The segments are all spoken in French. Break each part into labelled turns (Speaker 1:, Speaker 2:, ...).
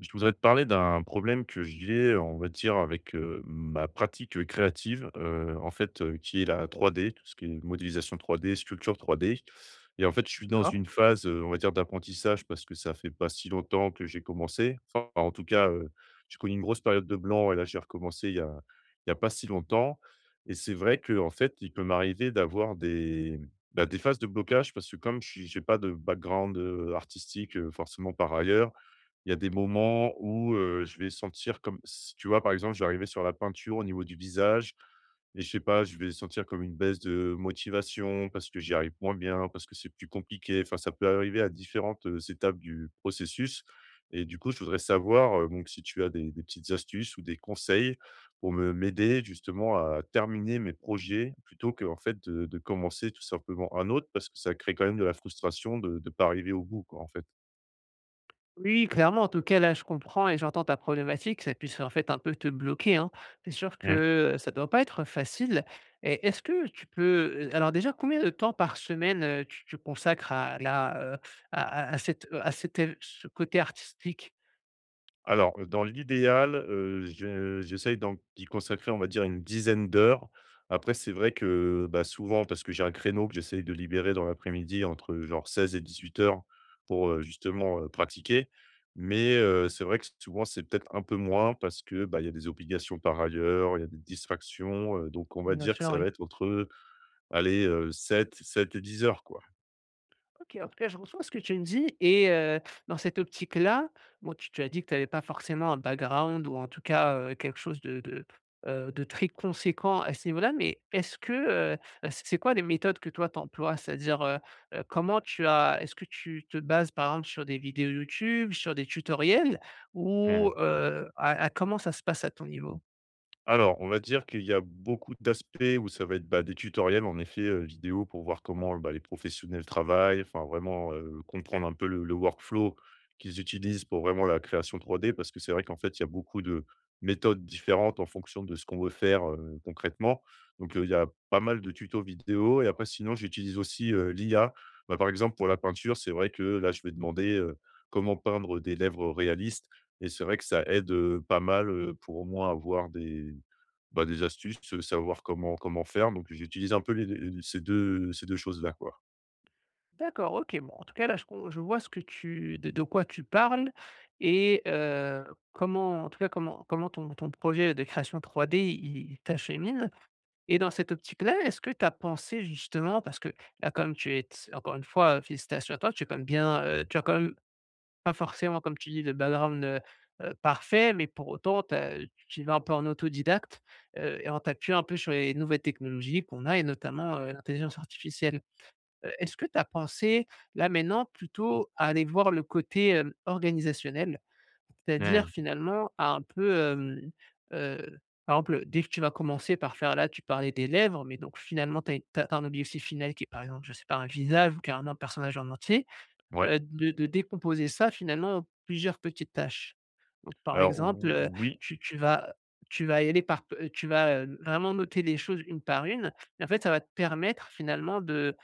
Speaker 1: Je voudrais te parler d'un problème que j'ai, on va dire, avec ma pratique créative, en fait, qui est la 3D, tout ce qui est modélisation 3D, sculpture 3D. Et en fait, je suis dans
Speaker 2: D'accord.
Speaker 1: une phase, on va dire, d'apprentissage parce que ça fait pas si longtemps que j'ai commencé. Enfin, en tout cas, j'ai connu une grosse période de blanc et là, j'ai recommencé il y a pas si longtemps. Et c'est vrai que, en fait, il peut m'arriver d'avoir des, bah, des phases de blocage parce que comme je n'ai pas de background artistique forcément par ailleurs, il y a des moments où, je vais sentir comme s tu vois, par exemple, je vais arriver sur la peinture au niveau du visage et je sais pas, je vais sentir comme une baisse de motivation parce que j'y arrive moins bien, parce que c'est plus compliqué. Enfin, ça peut arriver à différentes, étapes du processus et du coup, je voudrais savoir, donc si tu as des petites astuces ou des conseils pour me m'aider justement à terminer mes projets plutôt que en fait de commencer tout simplement un autre parce que ça crée quand même de la frustration de pas arriver au bout, quoi, en fait.
Speaker 2: Oui, clairement, en tout cas, là, je comprends et j'entends ta problématique. Ça puisse en fait un peu te bloquer, hein. C'est sûr que ça ne doit pas être facile. Et est-ce que tu peux, alors déjà, combien de temps par semaine tu, tu consacres à la, à, à cette, ce côté artistique?
Speaker 1: Alors, dans l'idéal, je j'essaye d'y consacrer, on va dire, une dizaine d'heures. Après, c'est vrai que, bah, souvent, parce que j'ai un créneau que j'essaye de libérer dans l'après-midi entre, genre, 16h et 18h, pour, justement, pratiquer. Mais, c'est vrai que souvent, c'est peut-être un peu moins parce que, bah, il y a des obligations par ailleurs, il y a des distractions, donc on va
Speaker 2: Bien
Speaker 1: dire que
Speaker 2: sûr,
Speaker 1: ça
Speaker 2: oui.
Speaker 1: va être entre, allez, 7 et 10 heures, quoi.
Speaker 2: OK, en tout cas, je reçois ce que tu me dis et dans cette optique-là, bon, tu as dit que tu avais pas forcément un background ou en tout cas, quelque chose de de très conséquent à ce niveau-là, mais est-ce que, c'est quoi les méthodes que toi t'emploies? C'est-à-dire, comment tu as est-ce que tu te bases, par exemple, sur des vidéos YouTube, sur des tutoriels? Ou à comment ça se passe à ton niveau?
Speaker 1: Alors, on va dire qu'il y a beaucoup d'aspects où ça va être, bah, des tutoriels en effet, vidéo, pour voir comment, bah, les professionnels travaillent, enfin vraiment, comprendre un peu le workflow qu'ils utilisent pour vraiment la création 3D. Parce que c'est vrai qu'en fait, il y a beaucoup de méthodes différentes en fonction de ce qu'on veut faire, concrètement. Donc, il y a pas mal de tutos vidéo et après sinon j'utilise aussi, l'IA. Bah, par exemple pour la peinture, c'est vrai que là je vais demander, comment peindre des lèvres réalistes et c'est vrai que ça aide, pas mal, pour au moins avoir des, bah, des astuces, savoir comment faire, donc j'utilise un peu les ces deux choses-là, quoi.
Speaker 2: D'accord, OK. Bon, en tout cas, là, je vois ce que tu de quoi tu parles et comment en tout cas, comment ton projet de création trois d il t'achemine. Et dans cette optique-là, est-ce que tu as pensé justement parce que là, comme tu es encore une fois, félicitations à toi, tu es quand même bien, tu as quand même pas forcément, comme tu dis, le background parfait, mais pour autant, tu vas un peu en autodidacte et en t'appuyant un peu sur les nouvelles technologies qu'on a et notamment l'intelligence artificielle. Est-ce que tu as pensé là maintenant plutôt à aller voir le côté organisationnel,
Speaker 1: Ouais.
Speaker 2: c'est-à-dire finalement à un peu, heu, par exemple, dès que tu vas commencer par faire là, tu parlais des lèvres, mais donc finalement tu as une tu as un objectif final qui est par exemple, je sais pas, un visage ou carrément un personnage en entier,
Speaker 1: Ouais,
Speaker 2: de décomposer ça finalement en plusieurs petites tâches. Donc par
Speaker 1: alors
Speaker 2: exemple,
Speaker 1: ou oui,
Speaker 2: tu tu vas y aller par vraiment noter les choses une par une et en fait ça va te permettre finalement de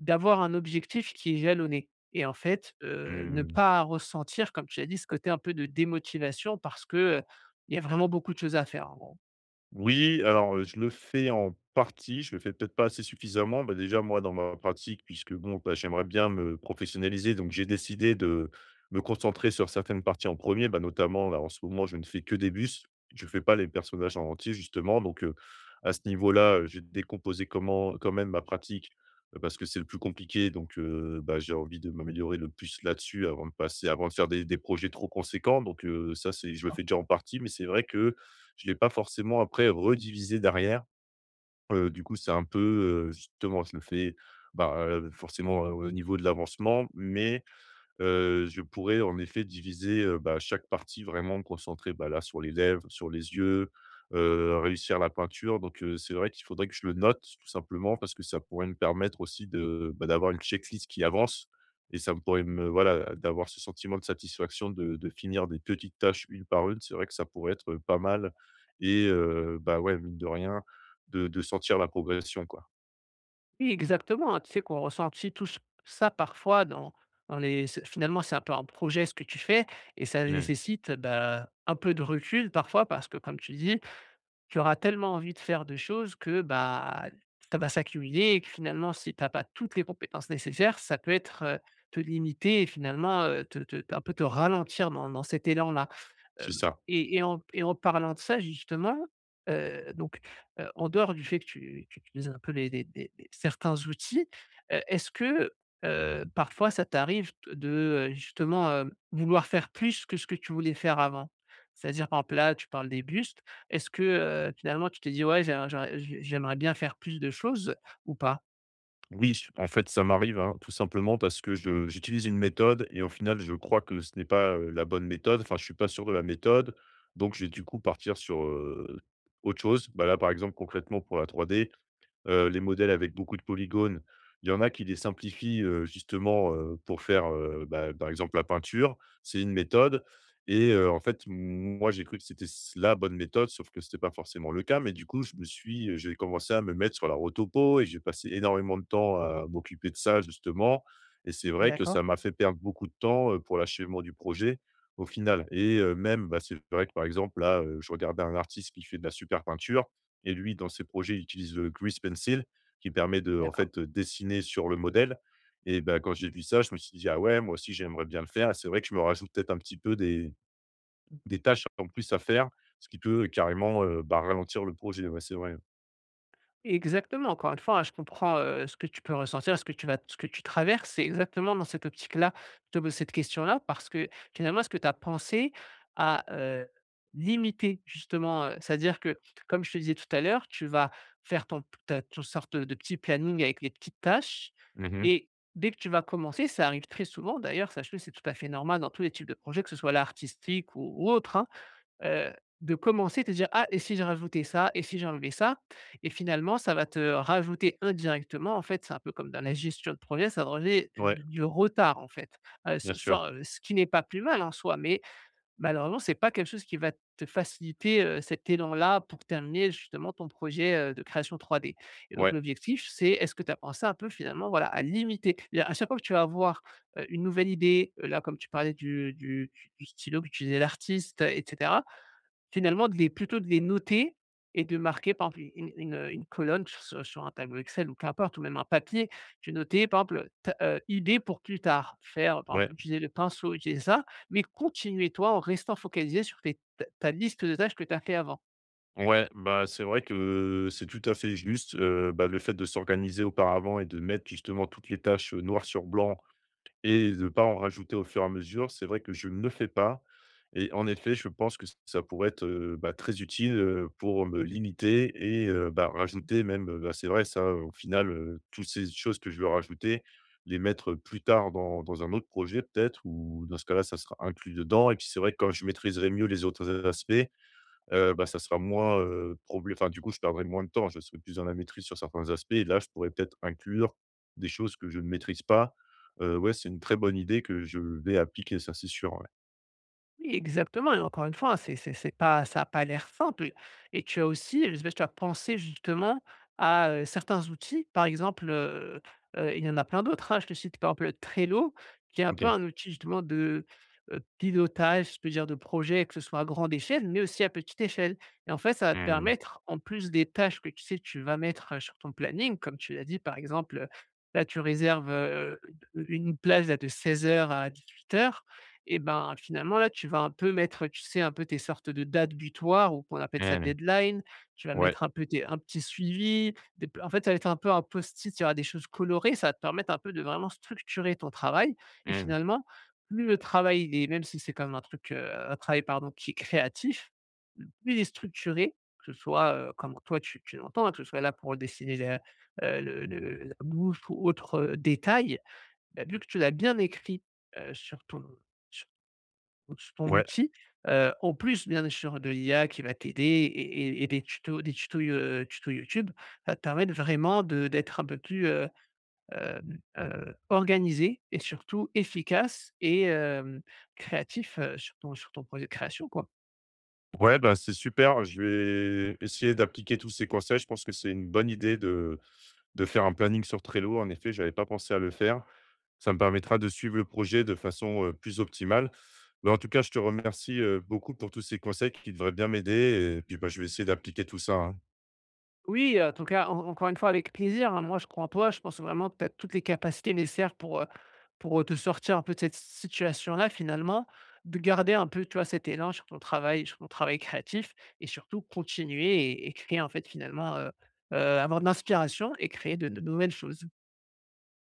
Speaker 2: d'avoir un objectif qui est jalonné et en fait, ne
Speaker 1: mmh.
Speaker 2: pas ressentir, comme tu l'as dit, ce côté un peu de démotivation parce que, il y a vraiment beaucoup de choses à faire, en gros.
Speaker 1: Oui, alors, je le fais en partie, je le fais peut-être pas assez suffisamment. Bah, déjà, moi, dans ma pratique, puisque bon, bah, j'aimerais bien me professionnaliser, donc j'ai décidé de me concentrer sur certaines parties en premier. Bah, notamment, là, en ce moment, je ne fais que des bus. Je ne fais pas les personnages en entier, justement, donc à ce niveau-là, j'ai décomposé comment quand même ma pratique, parce que c'est le plus compliqué, donc bah, j'ai envie de m'améliorer le plus là-dessus avant de faire des projets trop conséquents, donc ça, c'est, je le fais déjà en partie, mais c'est vrai que je l'ai pas forcément après redivisé derrière. Du coup, c'est un peu, justement, je le fais, bah, forcément, au niveau de l'avancement, mais je pourrais en effet diviser, bah, chaque partie, vraiment me concentrer, bah, là sur les lèvres, sur les yeux, réussir la peinture, donc c'est vrai qu'il faudrait que je le note tout simplement parce que ça pourrait me permettre aussi de, bah, d'avoir une checklist qui avance et ça me pourrait me voilà, d'avoir ce sentiment de satisfaction de finir des petites tâches une par une. C'est vrai que ça pourrait être pas mal et bah, ouais, mine de rien, de sentir la progression, quoi.
Speaker 2: Oui, exactement, hein, tu sais qu'on ressent aussi tous ça parfois dans les c'est finalement, c'est un peu un projet ce que tu fais et ça
Speaker 1: Ouais,
Speaker 2: nécessite, bah, un peu de recul parfois parce que comme tu dis, tu auras tellement envie de faire de choses que, bah, ça va s'accumuler et que finalement, si tu as pas toutes les compétences nécessaires, ça peut être, te limiter et finalement, te un peu te ralentir dans cet élan-là.
Speaker 1: c'est
Speaker 2: Hem,
Speaker 1: ça.
Speaker 2: et en parlant de ça justement, heu, donc, en dehors du fait que tu utilises un peu les certains outils, est-ce que, parfois ça t'arrive t de, justement, vouloir faire plus que ce que tu voulais faire avant? C'est-à-dire par exemple là, tu parles des bustes, est-ce que, finalement tu te dis «Ouais, j'aimerais bien faire plus de choses» ou pas?
Speaker 1: Oui, en fait, ça m'arrive, hein, tout simplement parce que je j'utilise une méthode et au final, je crois que ce n'est pas, la bonne méthode. Enfin, je suis pas sûr de la méthode, donc je vais du coup partir sur, autre chose. Bah, là, par exemple, concrètement pour la 3D, les modèles avec beaucoup de polygones, il y en a qui les simplifient, justement, pour faire, bah, par exemple, la peinture. C'est une méthode et en fait, moi, j'ai cru que c'était s la bonne méthode, sauf que c'était pas forcément le cas. Mais du coup, j'ai commencé à me mettre sur la rotopo et j'ai passé énormément de temps à m'occuper de ça, justement, et c'est vrai que ça
Speaker 2: D'accord,
Speaker 1: m'a fait perdre beaucoup de temps, pour l'achèvement du projet, au final. Et même, bah, c'est vrai que, par exemple, là, je regardais un artiste qui fait de la super peinture et lui, dans ses projets, il utilise le grease pencil qui permet de, en
Speaker 2: d'accord.
Speaker 1: fait, dessiner sur le modèle. Et ben, quand j'ai vu ça, je me suis dit: «Ah ouais, moi aussi j'aimerais bien le faire», et c'est vrai que je me rajoute peut-être un petit peu des tâches en plus à faire, ce qui peut carrément, bah, ralentir le projet. Ouais, c'est vrai.
Speaker 2: Exactement, encore une fois, hein, je comprends, ce que tu peux ressentir, ce que tu vas ce que tu traverses. C'est exactement dans cette optique-là, je te pose cette question-là parce que finalement, est-ce que tu as pensé à, limiter justement, c'est-à-dire que comme je te disais tout à l'heure, tu vas faire ton sorte de petit planning avec les petites tâches
Speaker 1: Mmh.
Speaker 2: et dès que tu vas commencer, ça arrive très souvent d'ailleurs, sache-le, c'est tout à fait normal dans tous les types de projets, que ce soit là artistique ou autre, hein, heu, de commencer, te dire: «Ah et si je rajoutais ça et si j'enlevais ça?» Et finalement, ça va te rajouter indirectement, en fait, c'est un peu comme dans la gestion de projet, ça va rajouter
Speaker 1: Ouais,
Speaker 2: du retard, en fait, s
Speaker 1: bien sûr.
Speaker 2: sans, ce qui n'est pas plus mal en soi, mais malheureusement, c'est pas quelque chose qui va te faciliter, cet élan-là pour terminer justement ton projet, de création trois d. Et donc
Speaker 1: Ouais,
Speaker 2: l'objectif, c'est est-ce que tu as pensé un peu finalement, voilà, à limiter? C'est-à-dire à chaque fois que tu vas avoir, une nouvelle idée, là, comme tu parlais du stylo qu'utilisait l'artiste et cetera, finalement, de les noter et de marquer par exemple une colonne sur un tableau Excel ou qu'importe ou même un papier. De noter par exemple, ta idée pour plus tard, faire par
Speaker 1: ouais,
Speaker 2: exemple utiliser le pinceau, utiliser ça, mais continuer toi en restant focalisé sur tes ta ta liste de tâches que tu as fait avant.
Speaker 1: ouais, bah, c'est vrai que c'est tout à fait juste, bah, le fait de s'organiser auparavant et de mettre justement toutes les tâches, noir sur blanc, et de ne pas en rajouter au fur et à mesure. C'est vrai que je ne le fais pas, et en effet, je pense que ça pourrait être, bah, très utile, pour me limiter et bah, rajouter même, bah, c'est vrai ça, au final, toutes ces choses que je veux rajouter, les mettre plus tard dans un autre projet peut-être, ou dans ce cas-là, ça sera inclus dedans. Et puis c'est vrai que quand je maîtriserai mieux les autres aspects, bah, ça sera moins, probl enfin, du coup, je perdrai moins de temps. Je serai plus dans la maîtrise sur certains aspects et là, je pourrais peut-être inclure des choses que je ne maîtrise pas. Ouais, c'est une très bonne idée que je vais appliquer, ça, c'est sûr, ouais.
Speaker 2: Oui, exactement et encore une fois, c'est pas, ça a pas l'air simple et tu as aussi, tu as pensé justement à, certains outils. Par exemple, il y en a plein d'autres, hein. Je te cite par exemple Trello qui est un peu
Speaker 1: OK.
Speaker 2: un outil justement de, pilotage, si je peux dire, de projet, que ce soit à grande échelle, mais aussi à petite échelle et en fait, ça va te
Speaker 1: Mmh.
Speaker 2: permettre, en plus des tâches que tu sais tu vas mettre, sur ton planning, comme tu l'as dit par exemple, là tu réserves, une plage là de 16 heures à 18 heures. Et ben, finalement, là, tu vas un peu mettre, tu sais, un peu tes sortes de dates butoirs ou qu'on appelle ça
Speaker 1: Mmh.
Speaker 2: deadline. Tu vas
Speaker 1: Ouais.
Speaker 2: mettre un peu tes un petit suivi, des p en fait, ça va être un peu un post-it, il y aura des choses colorées, ça va te permettre un peu de vraiment structurer ton travail et
Speaker 1: Mmh.
Speaker 2: finalement, plus le travail il est même si c'est quand même un truc, un travail, pardon, qui est créatif, plus il est structuré, que ce soit, comme toi tu l'entends, hein, que ce soit là pour dessiner la, le la bouche ou autre, détail, bah, vu que tu l'as bien écrit, sur ton sur Outs ton
Speaker 1: Ouais.
Speaker 2: outil, en plus bien sûr de l'IA qui va t'aider et des tutos, tutos YouTube, ça te permet de vraiment de d'être un peu plus, organisé et surtout efficace et créatif, sur ton projet de création, quoi.
Speaker 1: Ouais, bah, c'est super. Je vais essayer d'appliquer tous ces conseils. Je pense que c'est une bonne idée de faire un planning sur Trello, en effet, je n'avais pas pensé à le faire. Ça me permettra de suivre le projet de façon, plus optimale. Mais en tout cas, je te remercie, beaucoup pour tous ces conseils qui devraient bien m'aider, et puis, bah, je vais essayer d'appliquer tout ça, hein.
Speaker 2: Oui, en tout cas, en encore une fois avec plaisir, hein. Moi, je crois en toi, je pense vraiment que tu as toutes les capacités nécessaires pour te sortir un peu de cette situation-là finalement, de garder un peu, tu vois, cet élan sur ton travail créatif et surtout continuer et créer en fait finalement, avoir de l'inspiration et créer de nouvelles choses.